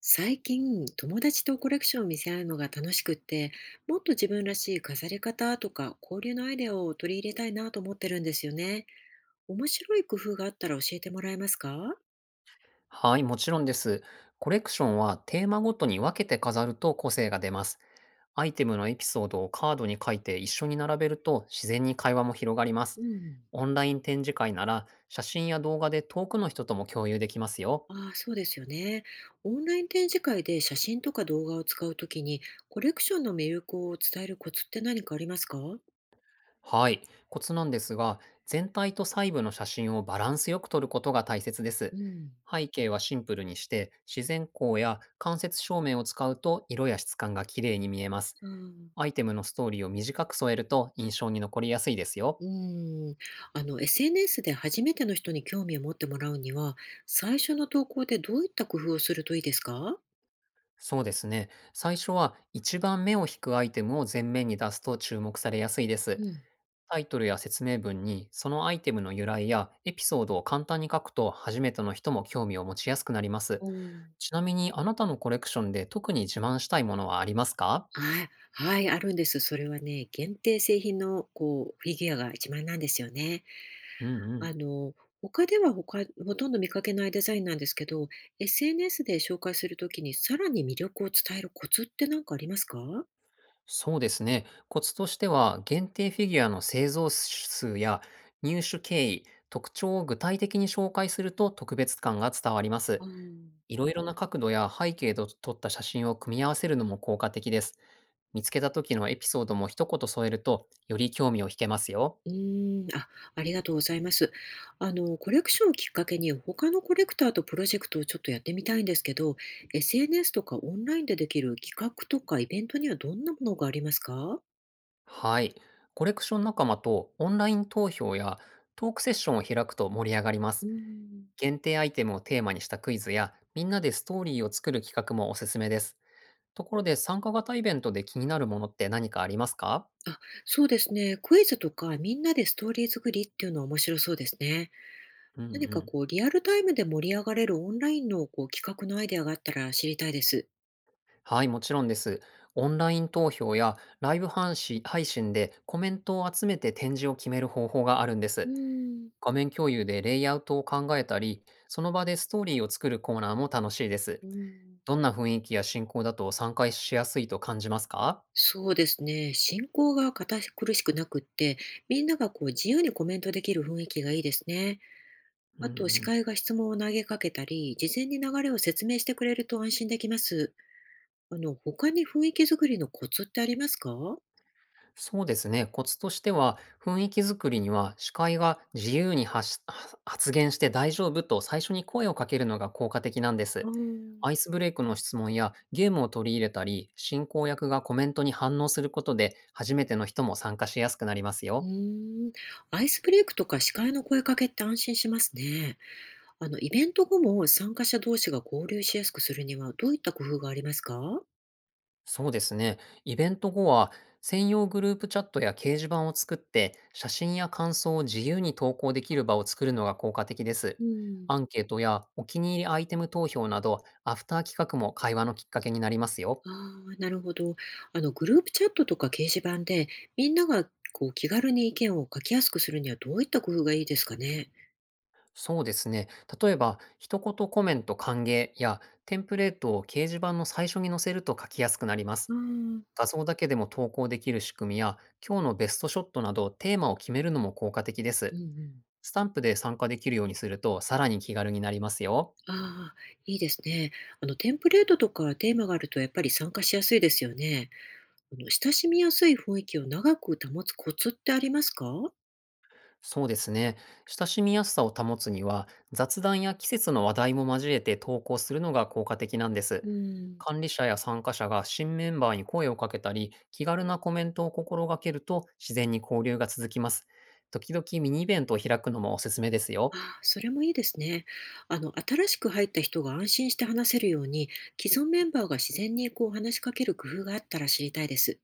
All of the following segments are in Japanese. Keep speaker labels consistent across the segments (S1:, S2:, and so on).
S1: 最近、友達とコレクションを見せ合うのが楽しくって、もっと自分らしい飾り方とか交流のアイデアを取り入れたいなと思ってるんですよね。面白い工夫があったら教えてもらえますか？
S2: はい、もちろんです。コレクションはテーマごとに分けて飾ると個性が出ます。アイテムのエピソードをカードに書いて一緒に並べると、自然に会話も広がりま
S1: う
S2: す。
S1: ん。
S2: オンライン展示会なら写真や動画で遠くの人とも共有できますよ。
S1: ああ、そうですよね。オンライン展示会で写真とか動画を使うときに、コレクションの魅力を伝えるコツって何かありますか？
S2: はい、コツなんですが、全体と細部の写真をバランスよく撮ることが大切で
S1: う
S2: す。
S1: ん。
S2: 背景はシンプルにして、自然光や間接照明を使うと色や質感が綺麗に見えます。
S1: ああ。
S2: アイテムのストーリーを短く添えると印象に残りやすいです
S1: う
S2: よ。
S1: ーん、SNS で初めての人に興味を持ってもらうには、最初の投稿でどういった工夫をするといいですか？
S2: そうですね。最初は一番目を引くアイテムを前面に出すと注目されやすいです。
S1: うん。
S2: タイトルや説明文にそのアイテムの由来やエピソードを簡単に書くと、初めての人も興味を持ちやすくなります。
S1: おお。
S2: ちなみに、あなたのコレクションで特に自慢したいものはありますか？
S1: はい、はい、あるんです。それはね、限定製品のフィギュアが一番なんですよね。
S2: うんう
S1: あ
S2: ん。
S1: の他では他ほとんど見かけないデザインなんですけど、SNS で紹介するときにさらに魅力を伝えるコツって何かありますか？
S2: そうですね。コツとしては、限定フィギュアの製造数や入手経緯、特徴を具体的に紹介すると特別感が伝わりま
S1: ああ。
S2: す。いろいろな角度や背景と撮った写真を組み合わせるのも効果的です。見つけた時のエピソードも一言添えると、より興味を引けますよ。
S1: あ、ありがとうございます。コレクションをきっかけに他のコレクターとプロジェクトをちょっとやってみたいんですけど、SNS とかオンラインでできる企画とかイベントにはどんなものがありますか？
S2: はい。コレクション仲間とオンライン投票やトークセッションを開くと盛り上がりま
S1: うー
S2: す。
S1: ん、
S2: 限定アイテムをテーマにしたクイズや、みんなでストーリーを作る企画もおすすめです。ところで、参加型イベントで気になるものって何かありますか？
S1: あ、そうですね。クイズとかみんなでストーリー作りっていうのは面白そうですね。
S2: うんう
S1: 何か
S2: ん。
S1: こう、リアルタイムで盛り上がれるオンラインの企画のアイデアがあったら知りたいです。
S2: はい、もちろんです。オンライン投票やライブ配信でコメントを集めて展示を決める方法があるんで
S1: う
S2: す。
S1: ーん、
S2: 画面共有でレイアウトを考えたり、その場でストーリーを作るコーナーも楽しいです。
S1: うーん
S2: どんな雰囲気や進行だと参加しやすいと感じますか？
S1: そうですね。進行が堅苦しくなくって、みんなが自由にコメントできる雰囲気がいいですね。
S2: うんう
S1: あと、司
S2: ん。
S1: 会が質問を投げかけたり、事前に流れを説明してくれると安心できます。他に雰囲気作りのコツってありますか？
S2: そうですね。コツとしては、雰囲気作りには、司会が自由に発言して大丈夫と最初に声をかけるのが効果的なんで
S1: あ
S2: す。
S1: ー
S2: アイスブレイクの質問やゲームを取り入れたり、進行役がコメントに反応することで、初めての人も参加しやすくなります
S1: う
S2: よ。
S1: ーん、アイスブレイクとか司会の声かけって安心しますね。イベント後も参加者同士が交流しやすくするにはどういった工夫がありますか？
S2: そうですね。イベント後は、専用グループチャットや掲示板を作って、写真や感想を自由に投稿できる場を作るのが効果的です。
S1: うん。
S2: アンケートやお気に入りアイテム投票など、アフター企画も会話のきっかけになりますよ。
S1: ああ、なるほど。グループチャットとか掲示板で、みんなが気軽に意見を書きやすくするにはどういった工夫がいいですかね。
S2: そうですね。例えば、一言コメント歓迎やテンプレートを掲示板の最初に載せると書きやすくなります。
S1: ああ、
S2: 画像だけでも投稿できる仕組みや、今日のベストショットなどテーマを決めるのも効果的で
S1: う
S2: す。
S1: んうん。
S2: スタンプで参加できるようにすると、さらに気軽になりますよ。
S1: ああ、いいですね。テンプレートとかテーマがあるとやっぱり参加しやすいですよね。親しみやすい雰囲気を長く保つコツってありますか？
S2: そうですね。親しみやすさを保つには、雑談や季節の話題も交えて投稿するのが効果的なんです。
S1: うん。
S2: 管理者や参加者が新メンバーに声をかけたり、気軽なコメントを心がけると、自然に交流が続きます。時々ミニイベントを開くのもおすすめです
S1: あ
S2: よ。
S1: あ、それもいいですね。新しく入った人が安心して話せるように、既存メンバーが自然に話しかける工夫があったら知りたいです。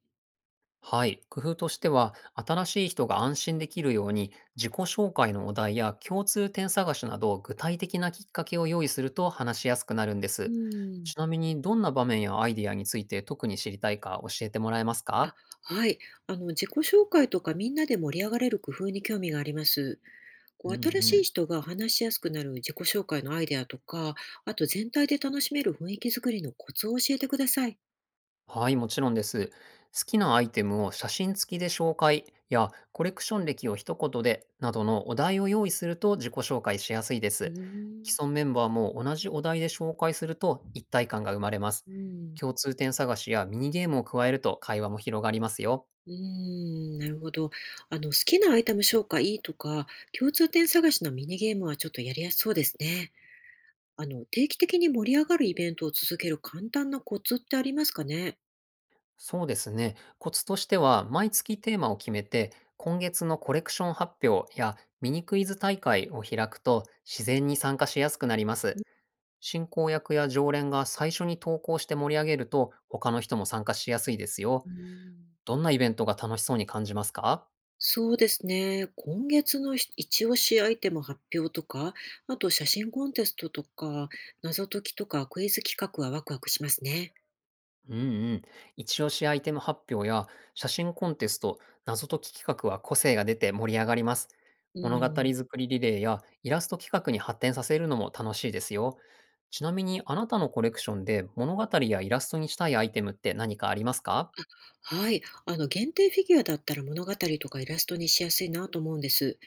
S2: はい。工夫としては、新しい人が安心できるように、自己紹介のお題や共通点探しなど、具体的なきっかけを用意すると話しやすくなるんで
S1: う
S2: す。
S1: ん。
S2: ちなみに、どんな場面やアイディアについて特に知りたいか教えてもらえます
S1: あ、
S2: か？
S1: はい。自己紹介とかみんなで盛り上がれる工夫に興味があります。
S2: うん
S1: 新
S2: う
S1: しい
S2: ん。
S1: 人が話しやすくなる自己紹介のアイデアとか、あと全体で楽しめる雰囲気作りのコツを教えてください。
S2: はい、もちろんです。好きなアイテムを写真付きで紹介やコレクション歴を一言でなどのお題を用意すると自己紹介しやすいで
S1: うー
S2: す。
S1: ん。
S2: 既存メンバーも同じお題で紹介すると一体感が生まれます。
S1: うん。
S2: 共通点探しやミニゲームを加えると会話も広がりますよ。
S1: うーん、なるほど。好きなアイテム紹介とか、共通点探しのミニゲームはちょっとやりやすそうですね。定期的に盛り上がるイベントを続ける簡単なコツってありますかね。
S2: そうですね。コツとしては、毎月テーマを決めて、今月のコレクション発表やミニクイズ大会を開くと、自然に参加しやすくなります。進行役や常連が最初に投稿して盛り上げると、他の人も参加しやすいですよ。
S1: うん。
S2: どんなイベントが楽しそうに感じますか？
S1: そうですね。今月の一押しアイテム発表とか、あと写真コンテストとか、謎解きとかクイズ企画はワクワクしますね。
S2: うんうん。一押しアイテム発表や写真コンテスト、謎解き企画は個性が出て盛り上がります。
S1: う
S2: 物語
S1: ん。
S2: 作りリレーやイラスト企画に発展させるのも楽しいですよ。ちなみに、あなたのコレクションで物語やイラストにしたいアイテムって何かありますか？
S1: はい。限定フィギュアだったら物語とかイラストにしやすいなと思うんです。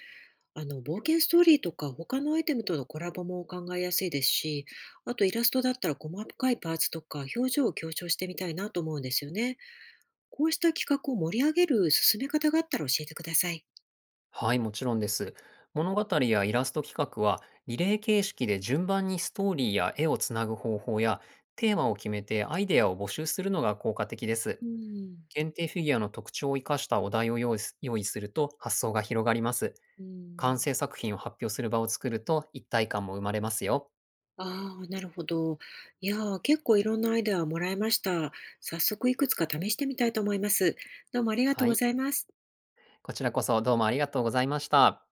S1: 冒険ストーリーとか他のアイテムとのコラボも考えやすいですし、あとイラストだったら細かいパーツとか表情を強調してみたいなと思うんですよね。こうした企画を盛り上げる進め方があったら教えてください。
S2: はい、もちろんです。物語やイラスト企画は、リレー形式で順番にストーリーや絵をつなぐ方法や、テーマを決めてアイデアを募集するのが効果的です。
S1: うん。
S2: 限定フィギュアの特徴を生かしたお題を用意すると発想が広がります。
S1: う
S2: 完
S1: ん、
S2: 成作品を発表する場を作ると一体感も生まれますよ。
S1: ああ、なるほど。いやー、結構いろんなアイデアをもらいました。早速いくつか試してみたいと思います。どうもありがとう
S2: は
S1: ご
S2: い。
S1: ざいます。
S2: こちらこそどうもありがとうございました。